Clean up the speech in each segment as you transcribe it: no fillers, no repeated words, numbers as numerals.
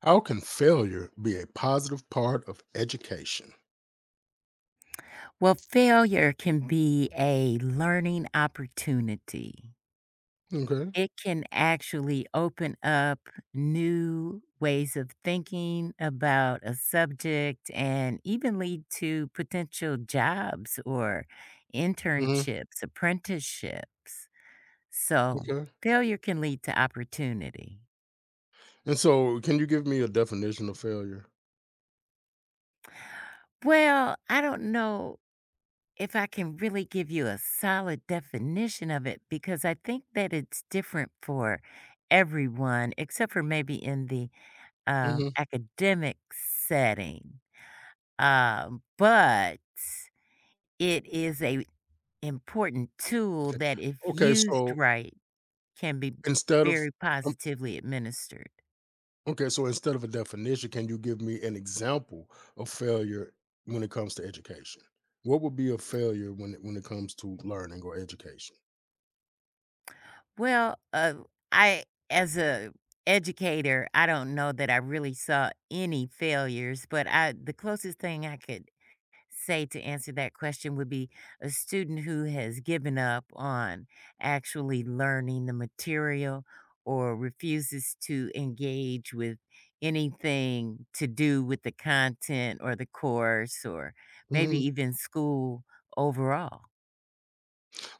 How can failure be a positive part of education? Well, failure can be a learning opportunity. Okay. It can actually open up new ways of thinking about a subject and even lead to potential jobs or Hmm. internships, apprenticeships. So, Okay. failure can lead to opportunity. And so, can you give me a definition of failure? Well, I don't know if I can really give you a solid definition of it, because I think that it's different for everyone, except for maybe in the Hmm. academic setting. But it is a important tool Okay. that, if Okay. used right, can be instead of very um, positively administered. okay, so instead of a definition, can you give me an example of failure when it comes to education? What would be a failure when it comes to learning or education? Well, uh, I as a educator, I don't know that I really saw any failures, but I the closest thing I could say to answer that question would be a student who has given up on actually learning the material or refuses to engage with anything to do with the content or the course or maybe Hmm. even school overall.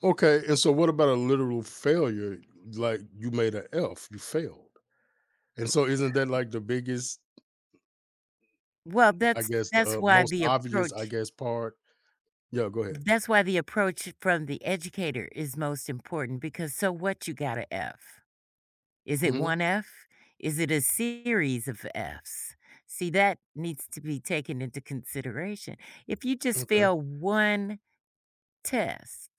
Okay. And so, what about a literal failure? Like you made an F, you failed. And so, isn't that like the biggest, Well, I that's guess the, that's why most the obvious, I approach guess, part? Yeah, go ahead. that's why the approach from the educator is most important because so what you got a F. Is it Mhm, 1 F? Is it a series of Fs? See, that needs to be taken into consideration. If you just okay. fail 1 test,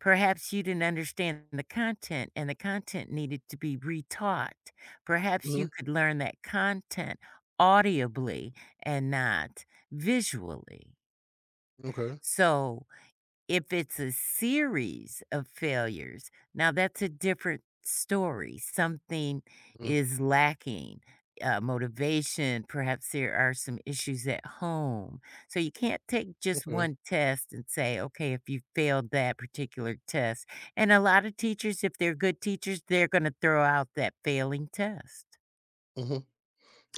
perhaps you didn't understand the content and the content needed to be retaught. Perhaps Mhm, you could learn that content audibly and not visually. okay. So, if it's a series of failures, now that's a different story. Something Mm, is lacking, motivation, perhaps there are some issues at home. So you can't take just okay. one test and say, okay, if you failed that particular test. And a lot of teachers, if they're good teachers, they're going to throw out that failing test. Mhm.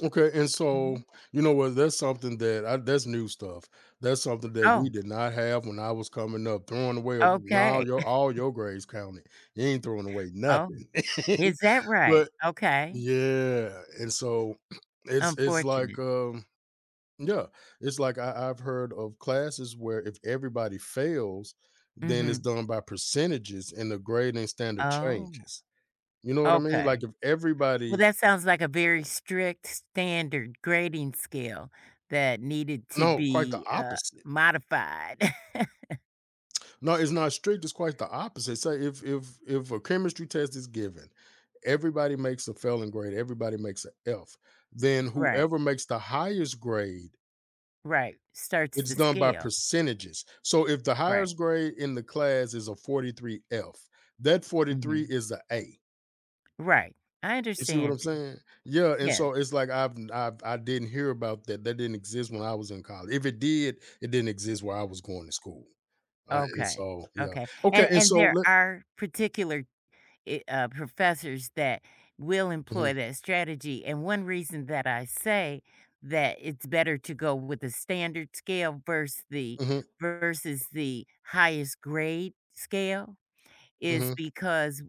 Okay, and so, Mhm. you know what, that's something that's new stuff. That's something that we Oh, did not have when I was coming up, throwing away a no, okay. your all your grades counted. You ain't throwing away Oh, nothing. is that But right? Okay. yeah, and so it's like, Unfortunate. Yeah, it's like I've heard of classes where if everybody fails, then it's Hmm. done by percentages and the grading standard Oh. changes. You know what I mean? Like Okay. if Well, everybody, that sounds like a very strict standard grading scale that needed to no, quite the be, opposite. modified. No, it's not strict, it's quite the opposite. Say if a chemistry test is given, everybody makes a failing grade, everybody makes an F. Then Right, whoever makes the highest grade. right. Starts It's the done by scale. percentages. So if the Right. highest grade in the class is a 43F, that 43 Mhm. is a A. Right. I You see what understand I'm you. saying? Yeah, and Yes. so it's like I didn't hear about that. That didn't exist when I was in college. If it did, it didn't exist where I was going to school. And Okay. so yeah, Okay. okay. And And and so there let. are particular professors that will Hmm. employ that strategy. And one reason that I say that it's better to go with the standard scale Hmm. versus the highest grade scale is Hmm. because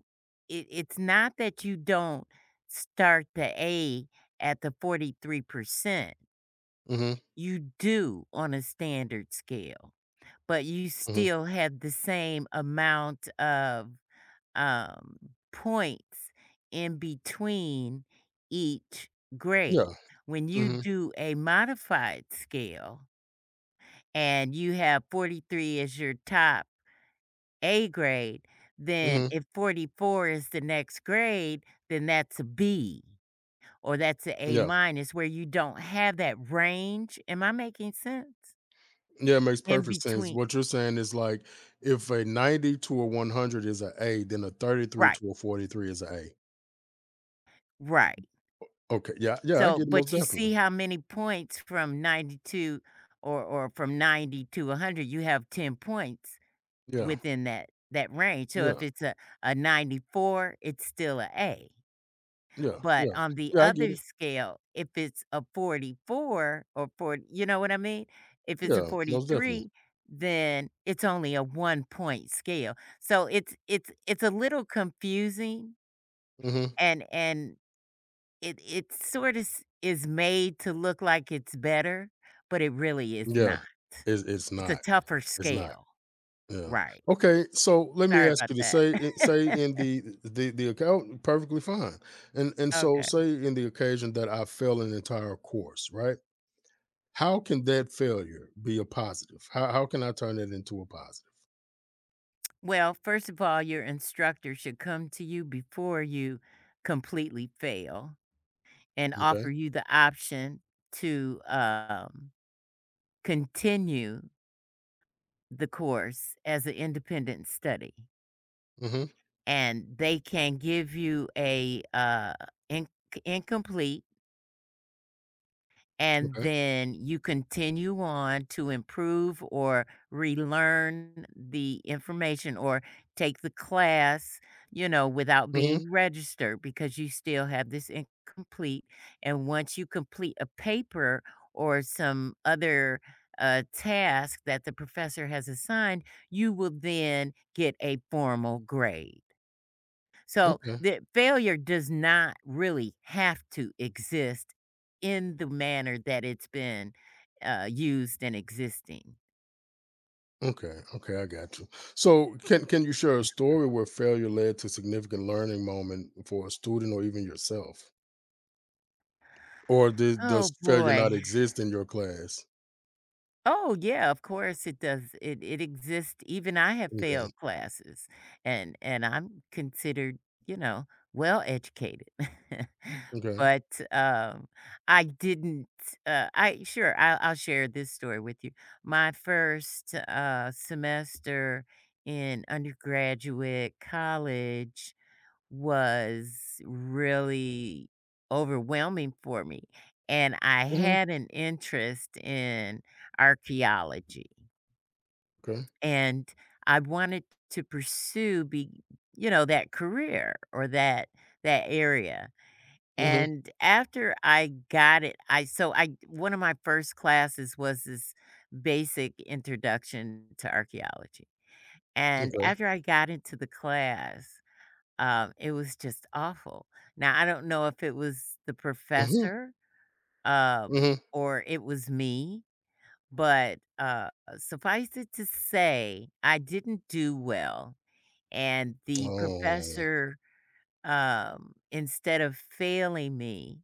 it's not that you don't start the A at the 43%. Hmm. You do on a standard scale, but you Hmm. still have the same amount of um, points in between each Yeah. grade. When you Hmm. do a modified scale and you have 43 as your top A grade, then Hmm. if 44 is the next grade, then that's a B or that's a A Yeah, minus where you don't have that range. Am I making sense? yeah, it makes In perfect sense. between. What you're saying is like if a 90 to a 100 is a A, then a 33 Right. to a 43 is a A. Right. Okay, yeah, yeah, I So, get it most but you see definitely. how many points from 92 or from 90 to 100, you have 10 points Yeah, within that that range. So if yeah, it's a 94, it's still a A. yeah, But yeah. on the Yeah, I get other it. scale, if it's a 44 or 40, you know what I mean? If it's a Yeah, most definitely. 43, then it's only a 1-point scale. So it's a little confusing Mhm. And it sort of s is made to look like it's better, but it really is not. Yeah. It's It's a not. tougher It's not. scale, Yeah. right. Okay, so let me Sorry ask about you to that. Say in the account perfectly fine. And so Okay. say in the occasion that I fail an entire course, right? How can that failure be a positive? How can I turn it into a positive? Well, first of all, your instructor should come to you before you completely fail and Okay. offer you the option to, continue the course as an independent study, Mhm. and they can give you a, inc incomplete and Okay. then you continue on to improve or relearn the information or take the class, you know, without Mhm. being registered because you still have this incomplete. And once you complete a paper or some other task that the professor has assigned, you will then get a formal grade. So Okay. the failure does not really have to exist in the manner that it's been used and existing. Okay, okay, I got you. So, can you share a story where failure led to significant learning moment for a student or even yourself? Or does Oh failure boy. not exist in your class? Oh yeah, of course it does. It exists. Even I have Okay, failed classes, and I'm considered, you know, well educated. okay. but I didn't. I'll share this story with you. My first semester in undergraduate college, was really overwhelming for me, and I Hmm. had an interest in archaeology, Okay. and I wanted to pursue be you know, that career or that that area, Hmm. and after I got it, I so I one of my first classes was this basic introduction to archaeology, and Okay. after I got into the class, it was just awful. Now, I don't know if it was the Hmm. professor, Hmm. or it was me, but, uh, suffice it to say, I didn't do well, and the Oh. professor, instead of failing me,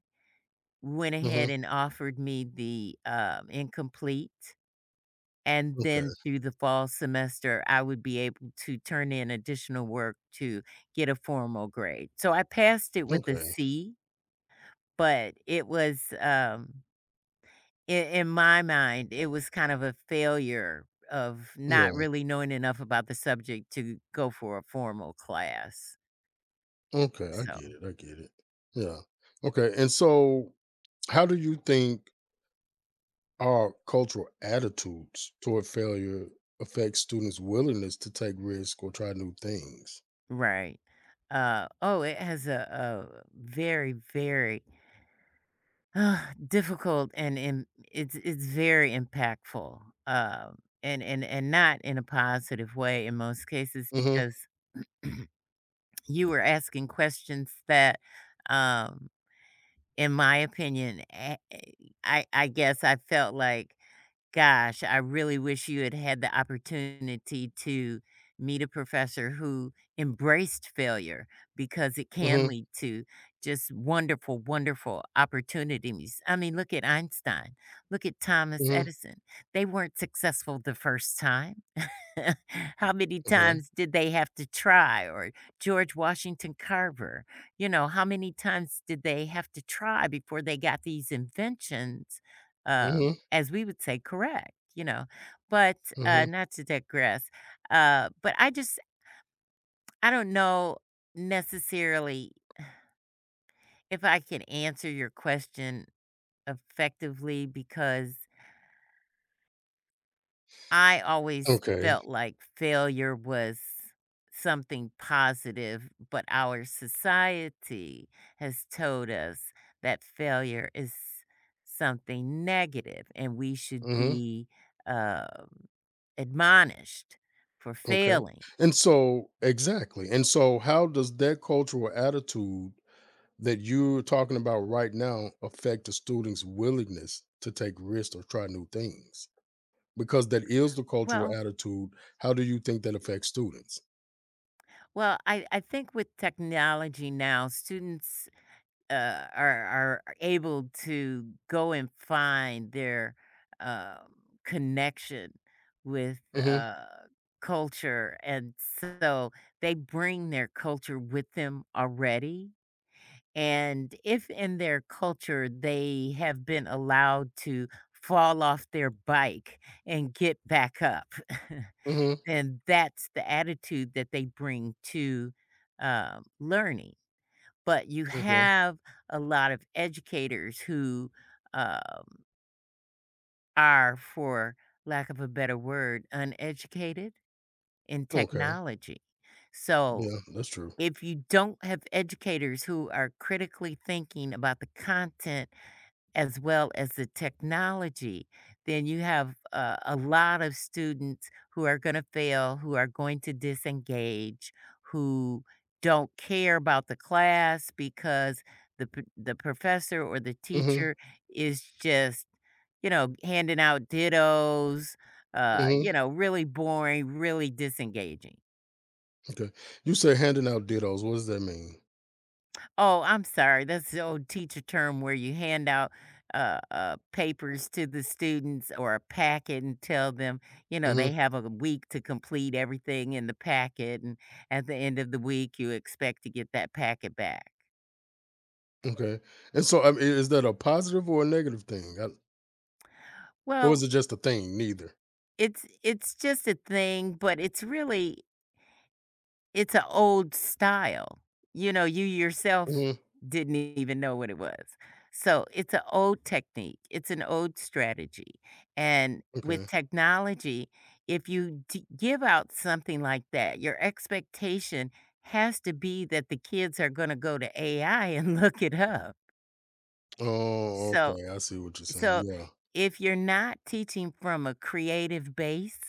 went Hmm. ahead and offered me the, incomplete. And Okay, then through the fall semester, I would be able to turn in additional work to get a formal grade. So I passed it with a okay, C, but it was, um, in my mind, it was kind of a failure of not yeah, really knowing enough about the subject to go for a formal class. okay, So, I get it, yeah, okay. And so, how do you think our cultural attitudes toward failure affect students' willingness to take risks or try new things? right. Oh, it has a very, very difficult and im it's very impactful, and not in a positive way in most cases Mhm, because you were asking questions that, um, in my opinion, I guess I felt like gosh, I really wish you had had the opportunity to meet a professor who embraced failure because it can mhm, lead to just wonderful, wonderful opportunities. I mean, look at Einstein, look at Thomas mhm, Edison. They weren't successful the first time. How many okay, times did they have to try? Or George Washington Carver, you know, how many times did they have to try before they got these inventions, mhm, as we would say, correct, you know? But mhm, not to digress, but I just, I don't know necessarily if I can answer your question effectively because I always okay, felt like failure was something positive, but our society has told us that failure is something negative and we should mhm, be um, admonished for okay, failing. and so exactly, and so how does that cultural attitude that you're talking about right now affect the student's willingness to take risks or try new things? Because that is the cultural Well, attitude, how do you think that affects students? well, I think with technology now, students uh, are are able to go and find their um, connection with Mhm, uh, culture, and so they bring their culture with them already. And if in their culture they have been allowed to fall off their bike and get back up, mhm, then that's the attitude that they bring to learning. But you okay, have a lot of educators who, um, are, for lack of a better word, uneducated in okay. technology. So, Yeah, that's true. if you don't have educators who are critically thinking about the content as well as the technology, then you have a lot of students who are going to fail, who are going to disengage, who don't care about the class because the professor or the Hmm. teacher is just you know handing out dittos, Hmm. you know, really boring, really disengaging. Okay. You said handing out dittos. What does that mean? Oh, I'm sorry. That's the old teacher term where you hand out papers to the students or a packet and tell them, you know, Hmm. they have a week to complete everything in the packet. And at the end of the week, you expect to get that packet back. Okay. And so, I mean, is that a positive or a negative thing, or is Well, it just a thing? Neither. It's just a thing, but it's really it's an old style. You know, you yourself Hmm. didn't even know what it was. So, it's an old technique, it's an old strategy, and with Okay. technology, if you d give out something like that, your expectation has to be that the kids are gonna go to AI and look it up. Oh, So okay. I see what you're saying. so Yeah. if you're not teaching from a creative base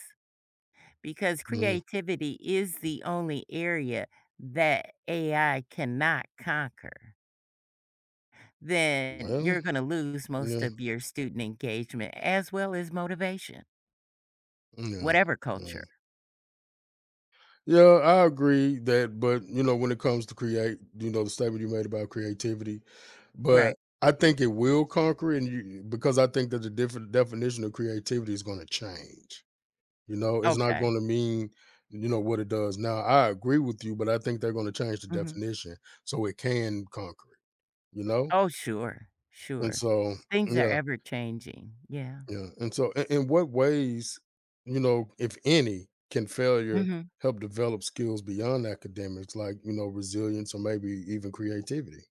because Hmm. creativity is the only area that AI cannot conquer, then Well, you're gonna lose most yeah, of your student engagement as well as motivation, yeah, whatever culture. yeah. Yeah, I agree that, but when it comes to create, the statement you made about creativity, Right. but I think it will conquer, it and you because I think that the different definition of creativity is going to change. It's not Okay. gonna mean what it does now. I agree with you, but I think they're gonna change the Mhm. definition so it can conquer it, you know? Oh, sure, And sure. so Things are yeah, ever changing. Yeah. yeah. And so in what ways, if any, can failure Mhm. help develop skills beyond academics, like, resilience or maybe even creativity?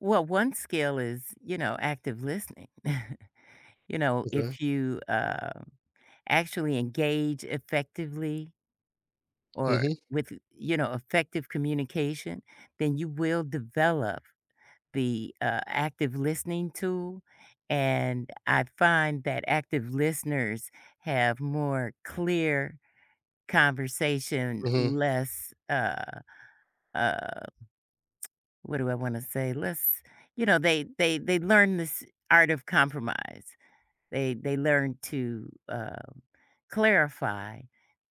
Well, one skill is, you know, active listening. You know, Okay. if you, actually engage effectively or Mm-hmm. with, you know, effective communication, then you will develop the, active listening tool, and I find that active listeners have more clear conversation, Mm-hmm. less, uh, what do I wanna say? Less you know, they learn this art of compromise. They learn to, clarify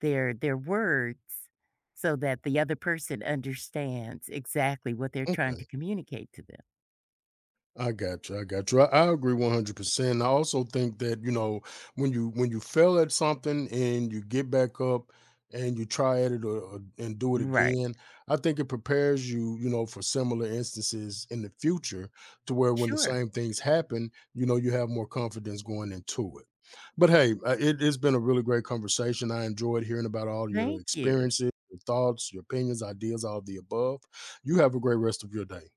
their words so that the other person understands exactly what they're trying to Okay. communicate to them. I got you. I got you. I agree 100%. I also think that when you fail at something and you get back up and you try at it and do it Right. again, I think it prepares you, for similar instances in the future to where when the Sure. same things happen, you have more confidence going into it. But hey, it's been a really great conversation. I enjoyed hearing about all your Thank you. experiences, your thoughts, your opinions, ideas, all of the above. You have a great rest of your day.